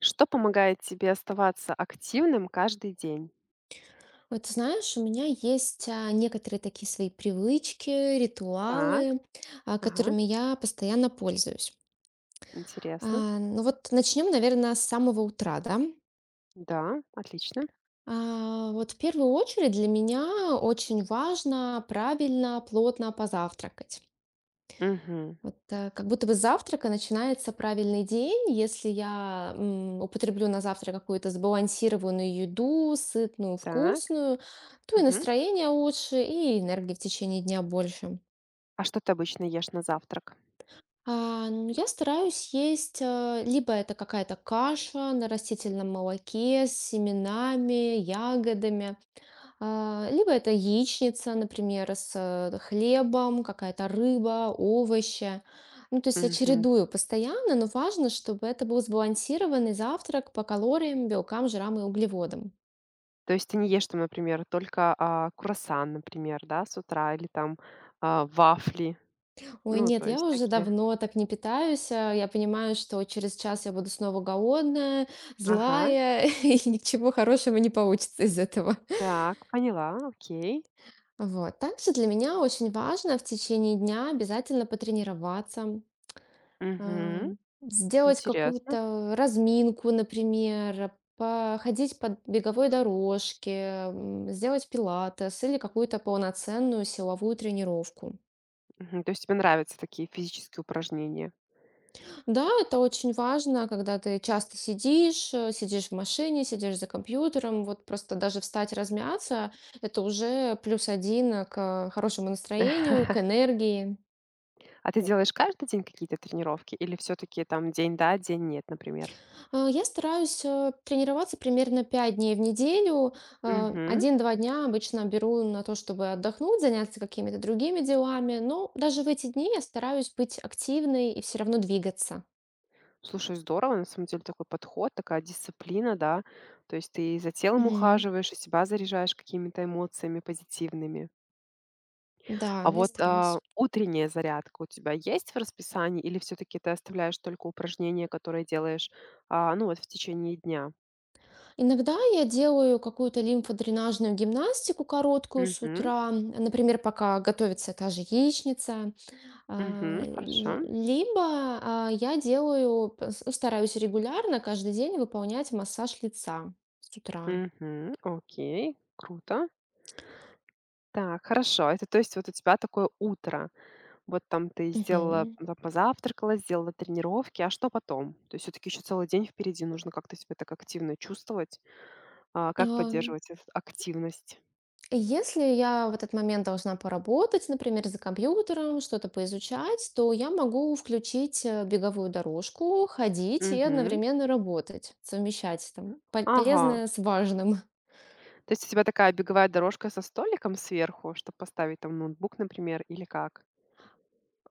Что помогает тебе оставаться активным каждый день? Вот ты знаешь, у меня есть некоторые такие свои привычки, Так, ритуалы, ага, которыми я постоянно пользуюсь. интересно. Ну вот начнем, наверное, с самого утра, да? Да, отлично. Вот в первую очередь для меня очень важно правильно, плотно позавтракать. Мгм. Вот, как будто бы с завтрака начинается правильный день. Если я употреблю на завтрак какую-то сбалансированную еду, сытную, Так, вкусную, то и мгм. настроение лучше, и энергии в течение дня больше. А что ты обычно ешь на завтрак? Ну, я стараюсь есть, либо это какая-то каша на растительном молоке с семенами, ягодами. Либо это яичница, например, с хлебом, какая-то рыба, овощи. Ну, то есть я Мгм. чередую постоянно, но важно, чтобы это был сбалансированный завтрак по калориям, белкам, жирам и углеводам. То есть ты не ешь, там, например, только круассан, например, да, с утра или там вафли, Ой, ну, нет, то я есть уже такие. давно так не питаюсь. Я понимаю, что через час я буду снова голодная, Ага, злая, и ничего хорошего не получится из этого. так, поняла, окей. Вот. Также для меня очень важно в течение дня обязательно потренироваться, а, Мгм. сделать Интересно. какую-то разминку, например, походить по беговой дорожке, сделать пилатес или какую-то полноценную силовую тренировку. Мгм. То есть тебе нравятся такие физические упражнения? Да, это очень важно, когда ты часто сидишь, сидишь в машине, сидишь за компьютером, вот просто даже встать размяться, это уже плюс один к хорошему настроению, к энергии. А ты делаешь каждый день какие-то тренировки или все таки там день да, день нет, например? Я стараюсь, тренироваться примерно 5 дней в неделю. Мгм. 1-2 дня обычно беру на то, чтобы отдохнуть, заняться какими-то другими делами. Но даже в эти дни я стараюсь быть активной и все равно двигаться. Слушай, здорово, на самом деле такой подход, такая дисциплина, да. То есть ты за телом Мгм. ухаживаешь, и себя заряжаешь какими-то эмоциями позитивными. Да, А я вот, стараюсь. утренняя зарядка у тебя есть в расписании или все таки ты оставляешь только упражнения, которые делаешь, ну, вот в течение дня? Иногда я делаю какую-то лимфодренажную гимнастику короткую с Угу, утра. Например, пока готовится та же яичница. А, угу, л хорошо. либо, а, я делаю пс Ну, стараюсь регулярно каждый день выполнять массаж лица с утра. Угу, окей, круто. Так, хорошо. Это то есть вот у тебя такое утро. Вот там ты сделала, Мгм. Позавтракала, сделала тренировки, а что потом? То есть все-таки еще целый день впереди, нужно как-то себя так активно чувствовать. Как Ам, поддерживать эту активность? если я в этот момент должна поработать, например, за компьютером, что-то поизучать, то я могу включить, беговую дорожку, ходить и Мгм. одновременно работать, совмещать там Ага. полезное с важным. То есть у тебя такая беговая дорожка со столиком сверху, чтобы поставить там ноутбук, например, или как?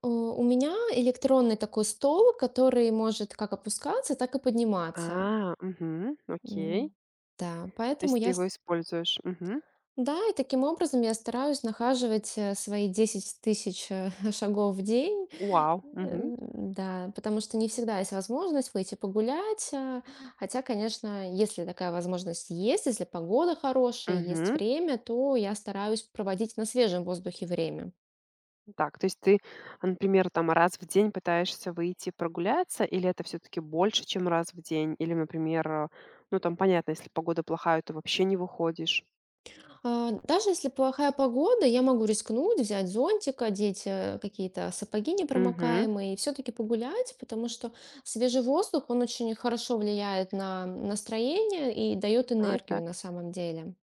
У меня электронный такой стол, который может как опускаться, так и подниматься. Мгм, окей. М, Да, То поэтому есть ты его используешь. Мгм. да, и таким образом я стараюсь нахаживать свои 10 000 шагов в день. Вау. Э, Мгм. да, потому что не всегда есть возможность выйти погулять, хотя, конечно, если такая возможность есть, если погода хорошая, есть Мгм. время, то я стараюсь проводить на свежем воздухе время. Так, то есть ты, например, там раз в день пытаешься выйти прогуляться, или это все-таки больше, чем раз в день? Или, например, ну там понятно, если погода плохая, то вообще не выходишь. Даже если плохая погода, я могу рискнуть, взять зонтик, одеть какие-то сапоги Угу. непромокаемые и все-таки погулять, потому что свежий воздух, он очень хорошо влияет на настроение и дает Так, энергию так. на самом деле.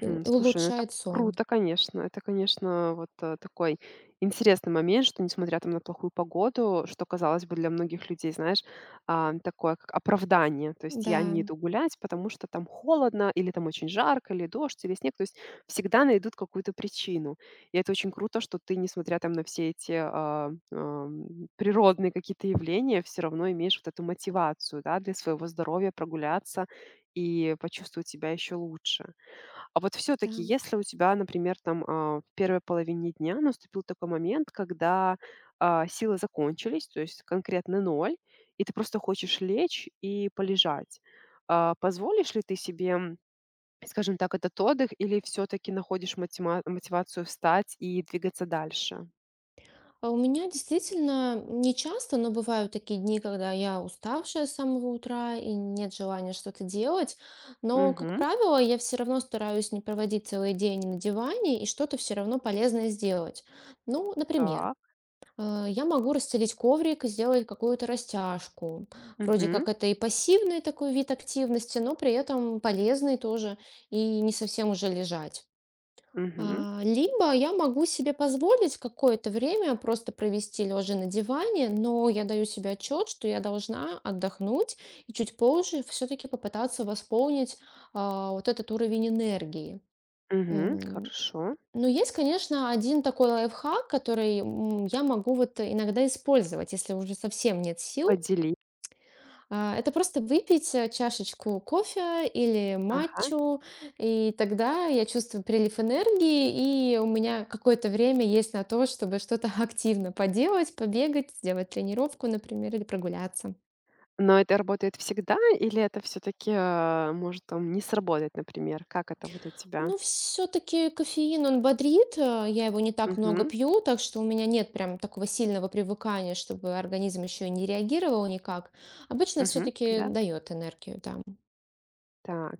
И, у- и Слушай, ну это улучшает сон. круто, конечно. Это, конечно, вот, такой интересный момент, что несмотря там на плохую погоду, что, казалось бы, для многих людей, знаешь, такое как оправдание. То есть Да, я не иду гулять, потому что там холодно, или там очень жарко, или дождь, или снег. То есть всегда найдут какую-то причину. И это очень круто, что ты, несмотря там на все эти, природные какие-то явления, все равно имеешь вот эту мотивацию, да, для своего здоровья прогуляться и почувствовать себя еще лучше. А вот да. все-таки, если у тебя, например, там в первой половине дня наступил такой момент, когда силы закончились, то есть конкретно ноль, и ты просто хочешь лечь и полежать, позволишь ли ты себе, скажем так, этот отдых, или все-таки находишь мотивацию встать и двигаться дальше? У меня действительно не часто, но бывают такие дни, когда я уставшая с самого утра и нет желания что-то делать. Но, как Угу, правило, я все равно стараюсь не проводить целый день на диване и что-то все равно полезное сделать. Ну, например, так, я могу расстелить коврик и сделать какую-то растяжку. Вроде угу, как это и пассивный такой вид активности, но при этом полезный тоже и не совсем уже лежать. угу, Либо я могу себе позволить какое-то время просто провести лежа на диване, но я даю себе отчет, что я должна отдохнуть и чуть позже все-таки попытаться восполнить вот этот уровень энергии. угу, М, хорошо, Но есть, конечно, один такой лайфхак, который я могу вот иногда использовать, если уже совсем нет сил. поделись. Это просто выпить чашечку кофе или Ага. матчу, и тогда я чувствую прилив энергии, и у меня какое-то время есть на то, чтобы что-то активно поделать, побегать, сделать тренировку, например, или прогуляться. Но это работает всегда или это все таки может там не сработать, например? Как это вот у тебя? Ну, все-таки кофеин, он бодрит, я его не так много Угу, пью, так что у меня нет прям такого сильного привыкания, чтобы организм еще не реагировал никак. Обычно угу, все-таки да. дает энергию, да. Так.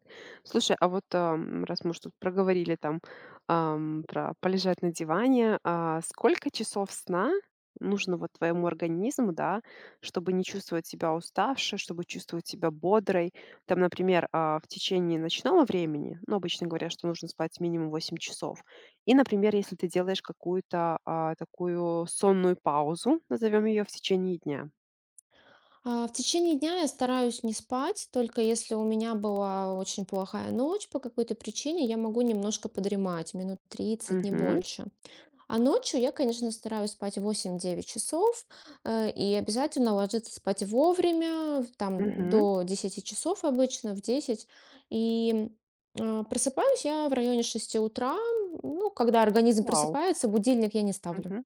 Слушай, а вот, раз мы уж тут проговорили там, про полежать на диване, а сколько часов сна нужно вот твоему организму, да, чтобы не чувствовать себя уставшей, чтобы чувствовать себя бодрой? Там, например, в течение ночного времени, ну, обычно говорят, что нужно спать минимум 8 часов. И, например, если ты делаешь какую-то, такую сонную паузу, назовем ее, в течение дня. В течение дня я стараюсь не спать, только если у меня была очень плохая ночь по какой-то причине, я могу немножко подремать, минут тридцать не Угу. больше. А ночью я, конечно, стараюсь спать 8-9 часов и обязательно ложиться спать вовремя, там Угу. до 10 часов обычно, в 10. И просыпаюсь я в районе 6 утра. Ну, когда организм Вау. просыпается, будильник я не ставлю. Мгм.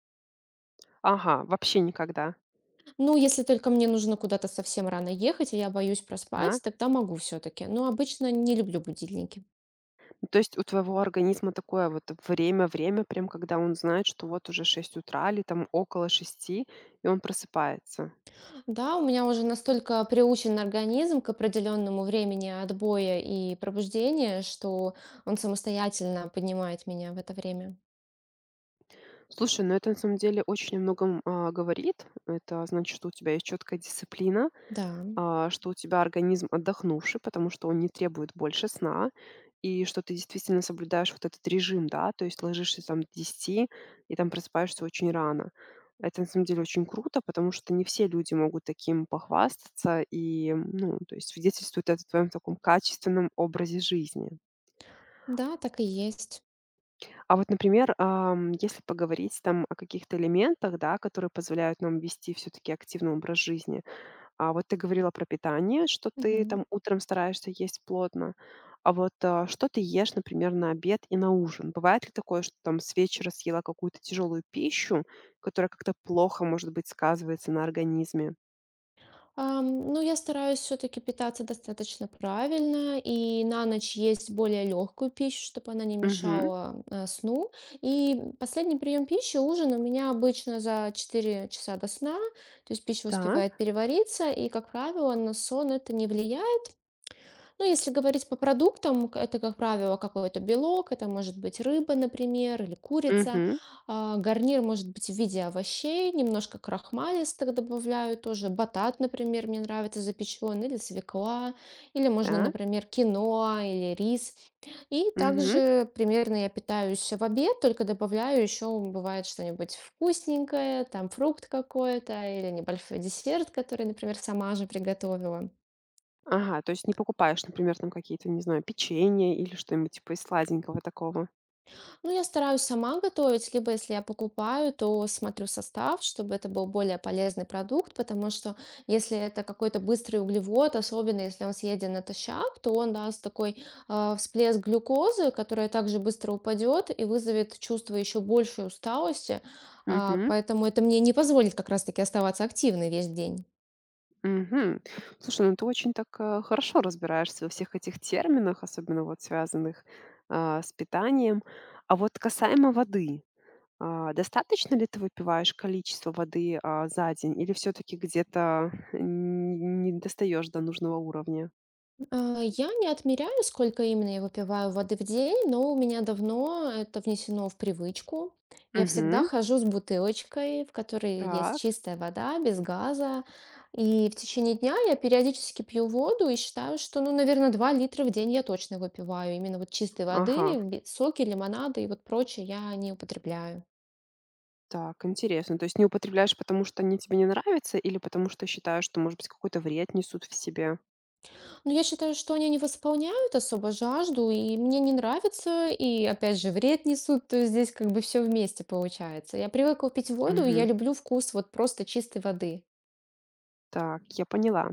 Ага, вообще никогда. Ну, если только мне нужно куда-то совсем рано ехать, и я боюсь проспать, Так. тогда могу все-таки. Но обычно не люблю будильники. Ну, то есть у твоего организма такое вот время-время, прям когда он знает, что вот уже 6 утра или там около шести, и он просыпается. Да, у меня уже настолько приучен организм к определенному времени отбоя и пробуждения, что он самостоятельно поднимает меня в это время. Слушай, ну это на самом деле очень о многом, говорит. Это значит, что у тебя есть четкая дисциплина, Да, что у тебя организм отдохнувший, потому что он не требует больше сна, и что ты действительно соблюдаешь вот этот режим, да, то есть ложишься там к 10 и там просыпаешься очень рано. Это на самом деле очень круто, потому что не все люди могут таким похвастаться и, ну, то есть свидетельствует это о твоем таком качественном образе жизни. да, так и есть. А вот, например, если поговорить там о каких-то элементах, да, которые позволяют нам вести все-таки активный образ жизни. А вот ты говорила про питание, что ты Мгм. там утром стараешься есть плотно. А вот что ты ешь, например, на обед и на ужин? Бывает ли такое, что там с вечера съела какую-то тяжелую пищу, которая как-то плохо, может быть, сказывается на организме? Ну, я стараюсь все-таки питаться достаточно правильно и на ночь есть более легкую пищу, чтобы она не Угу, мешала сну. И последний прием пищи, ужин у меня обычно за 4 часа до сна, то есть пища успевает так. перевариться, и, как правило, на сон это не влияет. Ну, если говорить по продуктам, это, как правило, какой-то белок, это может быть рыба, например, или курица. Угу, Гарнир может быть в виде овощей, немножко крахмалистых добавляю тоже. Батат, например, мне нравится запеченный, или свекла, или можно, так. например, киноа или рис. И Угу. также примерно я питаюсь в обед, только добавляю еще, бывает что-нибудь вкусненькое, там фрукт какой-то или небольшой десерт, который, например, сама же приготовила. Ага, то есть не покупаешь, например, там какие-то, не знаю, печенье или что-нибудь типа из сладенького такого. Ну, я стараюсь сама готовить, либо если я покупаю, то смотрю состав, чтобы это был более полезный продукт, потому что если это какой-то быстрый углевод, особенно если он съеден натощак, то он даст такой всплеск глюкозы, которая также быстро упадет и вызовет чувство еще большей усталости. Мгм, Поэтому это мне не позволит как раз-таки оставаться активной весь день. мгм. Слушай, ну ты очень так, хорошо разбираешься во всех этих терминах, особенно вот связанных, с питанием. А вот касаемо воды, достаточно ли ты выпиваешь количество воды, за день или все таки где-то н не достаешь до нужного уровня? Я не отмеряю, сколько именно я выпиваю воды в день, но у меня давно это внесено в привычку. Я всегда Угу. хожу с бутылочкой, в которой есть Так. чистая вода, без газа. И в течение дня я периодически пью воду и считаю, что, ну, наверное, 2 литра в день я точно выпиваю. Именно вот чистой Ага. воды, соки, лимонады и вот прочее я не употребляю. Так, интересно. То есть не употребляешь, потому что они тебе не нравятся или потому что считаешь, что, может быть, какой-то вред несут в себе? Ну, я считаю, что они не восполняют особо жажду, и мне не нравится, и опять же вред несут, то есть здесь как бы все вместе получается. Я привыкла пить воду, и я Угу. люблю вкус вот просто чистой воды. Так, я поняла.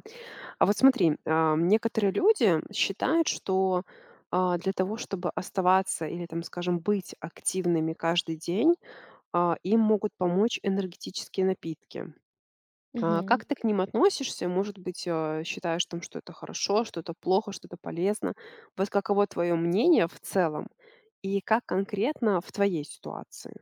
А вот смотри, некоторые люди считают, что для того, чтобы оставаться или, там, скажем, быть активными каждый день, им могут помочь энергетические напитки. А, Мгм. как ты к ним относишься? Может быть, считаешь, там, что это хорошо, что это плохо, что это полезно? Вот каково твое мнение в целом и как конкретно в твоей ситуации?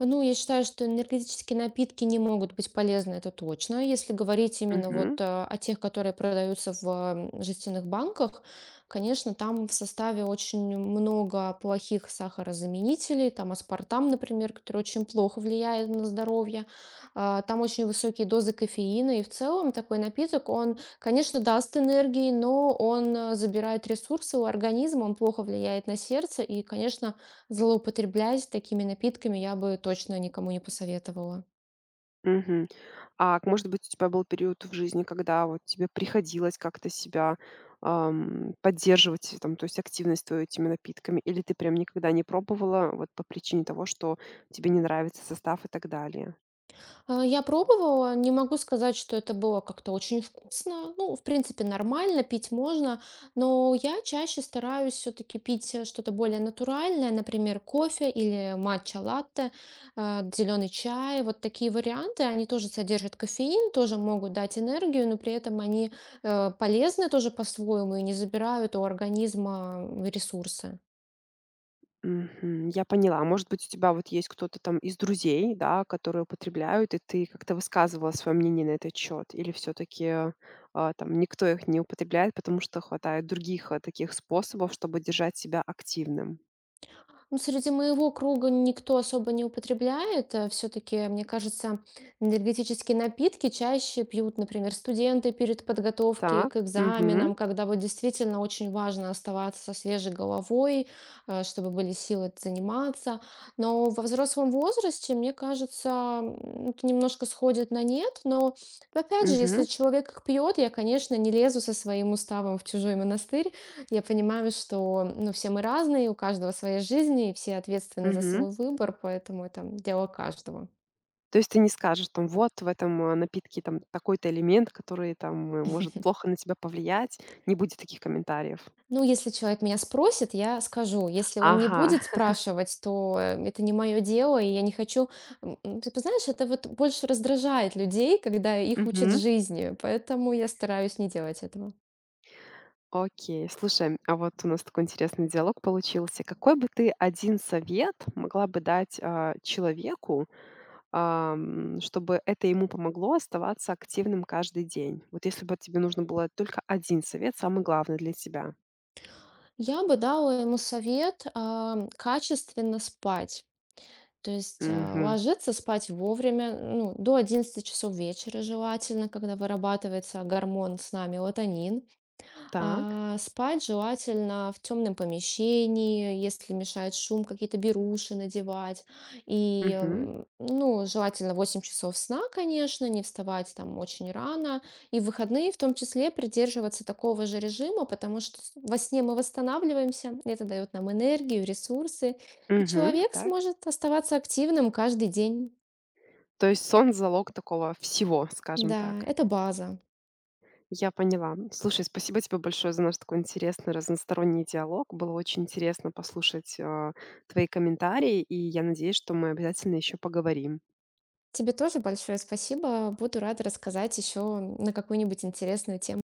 Ну, я считаю, что энергетические напитки не могут быть полезны, это точно. Если говорить именно Мгм. вот о тех, которые продаются в жестяных банках, конечно, там в составе очень много плохих сахарозаменителей, там аспартам, например, который очень плохо влияет на здоровье. Там очень высокие дозы кофеина, и в целом такой напиток, он, конечно, даст энергии, но он забирает ресурсы у организма, он плохо влияет на сердце, и, конечно, злоупотреблять такими напитками я бы точно никому не посоветовала. Мгм. А, может быть, у тебя был период в жизни, когда вот тебе приходилось как-то себя, поддерживать, там, то есть активность твою этими напитками? Или ты прям никогда не пробовала вот по причине того, что тебе не нравится состав и так далее? Я пробовала, не могу сказать, что это было как-то очень вкусно. Ну, в принципе, нормально, пить можно, но я чаще стараюсь все-таки пить что-то более натуральное, например, кофе или матча-латте, зеленый чай. Вот такие варианты, они тоже содержат кофеин, тоже могут дать энергию, но при этом они полезны тоже по-своему и не забирают у организма ресурсы. Мгм. Я поняла. Может быть, у тебя вот есть кто-то там из друзей, да, которые употребляют, и ты как-то высказывала свое мнение на этот счет? Или все-таки, там никто их не употребляет, потому что хватает других, таких способов, чтобы держать себя активным? Ну, среди моего круга никто особо не употребляет. Все-таки, мне кажется, энергетические напитки чаще пьют, например, студенты перед подготовкой Так. к Угу. экзаменам, когда вот действительно очень важно оставаться со свежей головой, чтобы были силы заниматься. Но во взрослом возрасте, мне кажется, это немножко сходит на нет. Но опять же, если Угу. человек их пьет, я, конечно, не лезу со своим уставом в чужой монастырь. Я понимаю, что, ну, все мы разные, у каждого своя жизнь, и все ответственны за Мгм. свой выбор, поэтому это дело каждого. То есть ты не скажешь там: "Вот в этом, напитке там такой-то элемент, который там, может плохо на тебя повлиять". Не будет таких комментариев. Ну, если человек меня спросит, я скажу. Если он не Ага. будет спрашивать, то это не мое дело, и я не хочу... Ты знаешь, это вот больше раздражает людей, когда их учат Мгм. жизни, поэтому я стараюсь не делать этого. Окей. Слушай, а вот у нас такой интересный диалог получился. Какой бы ты один совет могла бы дать, человеку, чтобы это ему помогло оставаться активным каждый день? Вот если бы тебе нужно было только один совет, самый главный для тебя. Я бы дала ему совет, качественно спать. То есть Мгм. ложиться спать вовремя, ну, до 11 часов вечера желательно, когда вырабатывается гормон сна мелатонин. Так. Спать желательно в темном помещении, если мешает шум, какие-то беруши надевать. И, Мгм. Ну, желательно 8 часов сна, конечно, не вставать там очень рано. И в выходные в том числе придерживаться такого же режима, потому что во сне мы восстанавливаемся, это дает нам энергию, ресурсы. И Мгм. человек Так. сможет оставаться активным каждый день. То есть сон- залог такого всего, скажем Да, так. это база. Я поняла. Слушай, спасибо тебе большое за наш такой интересный разносторонний диалог. Было очень интересно послушать, твои комментарии, и я надеюсь, что мы обязательно еще поговорим. Тебе тоже большое спасибо. Буду рада рассказать еще на какую-нибудь интересную тему.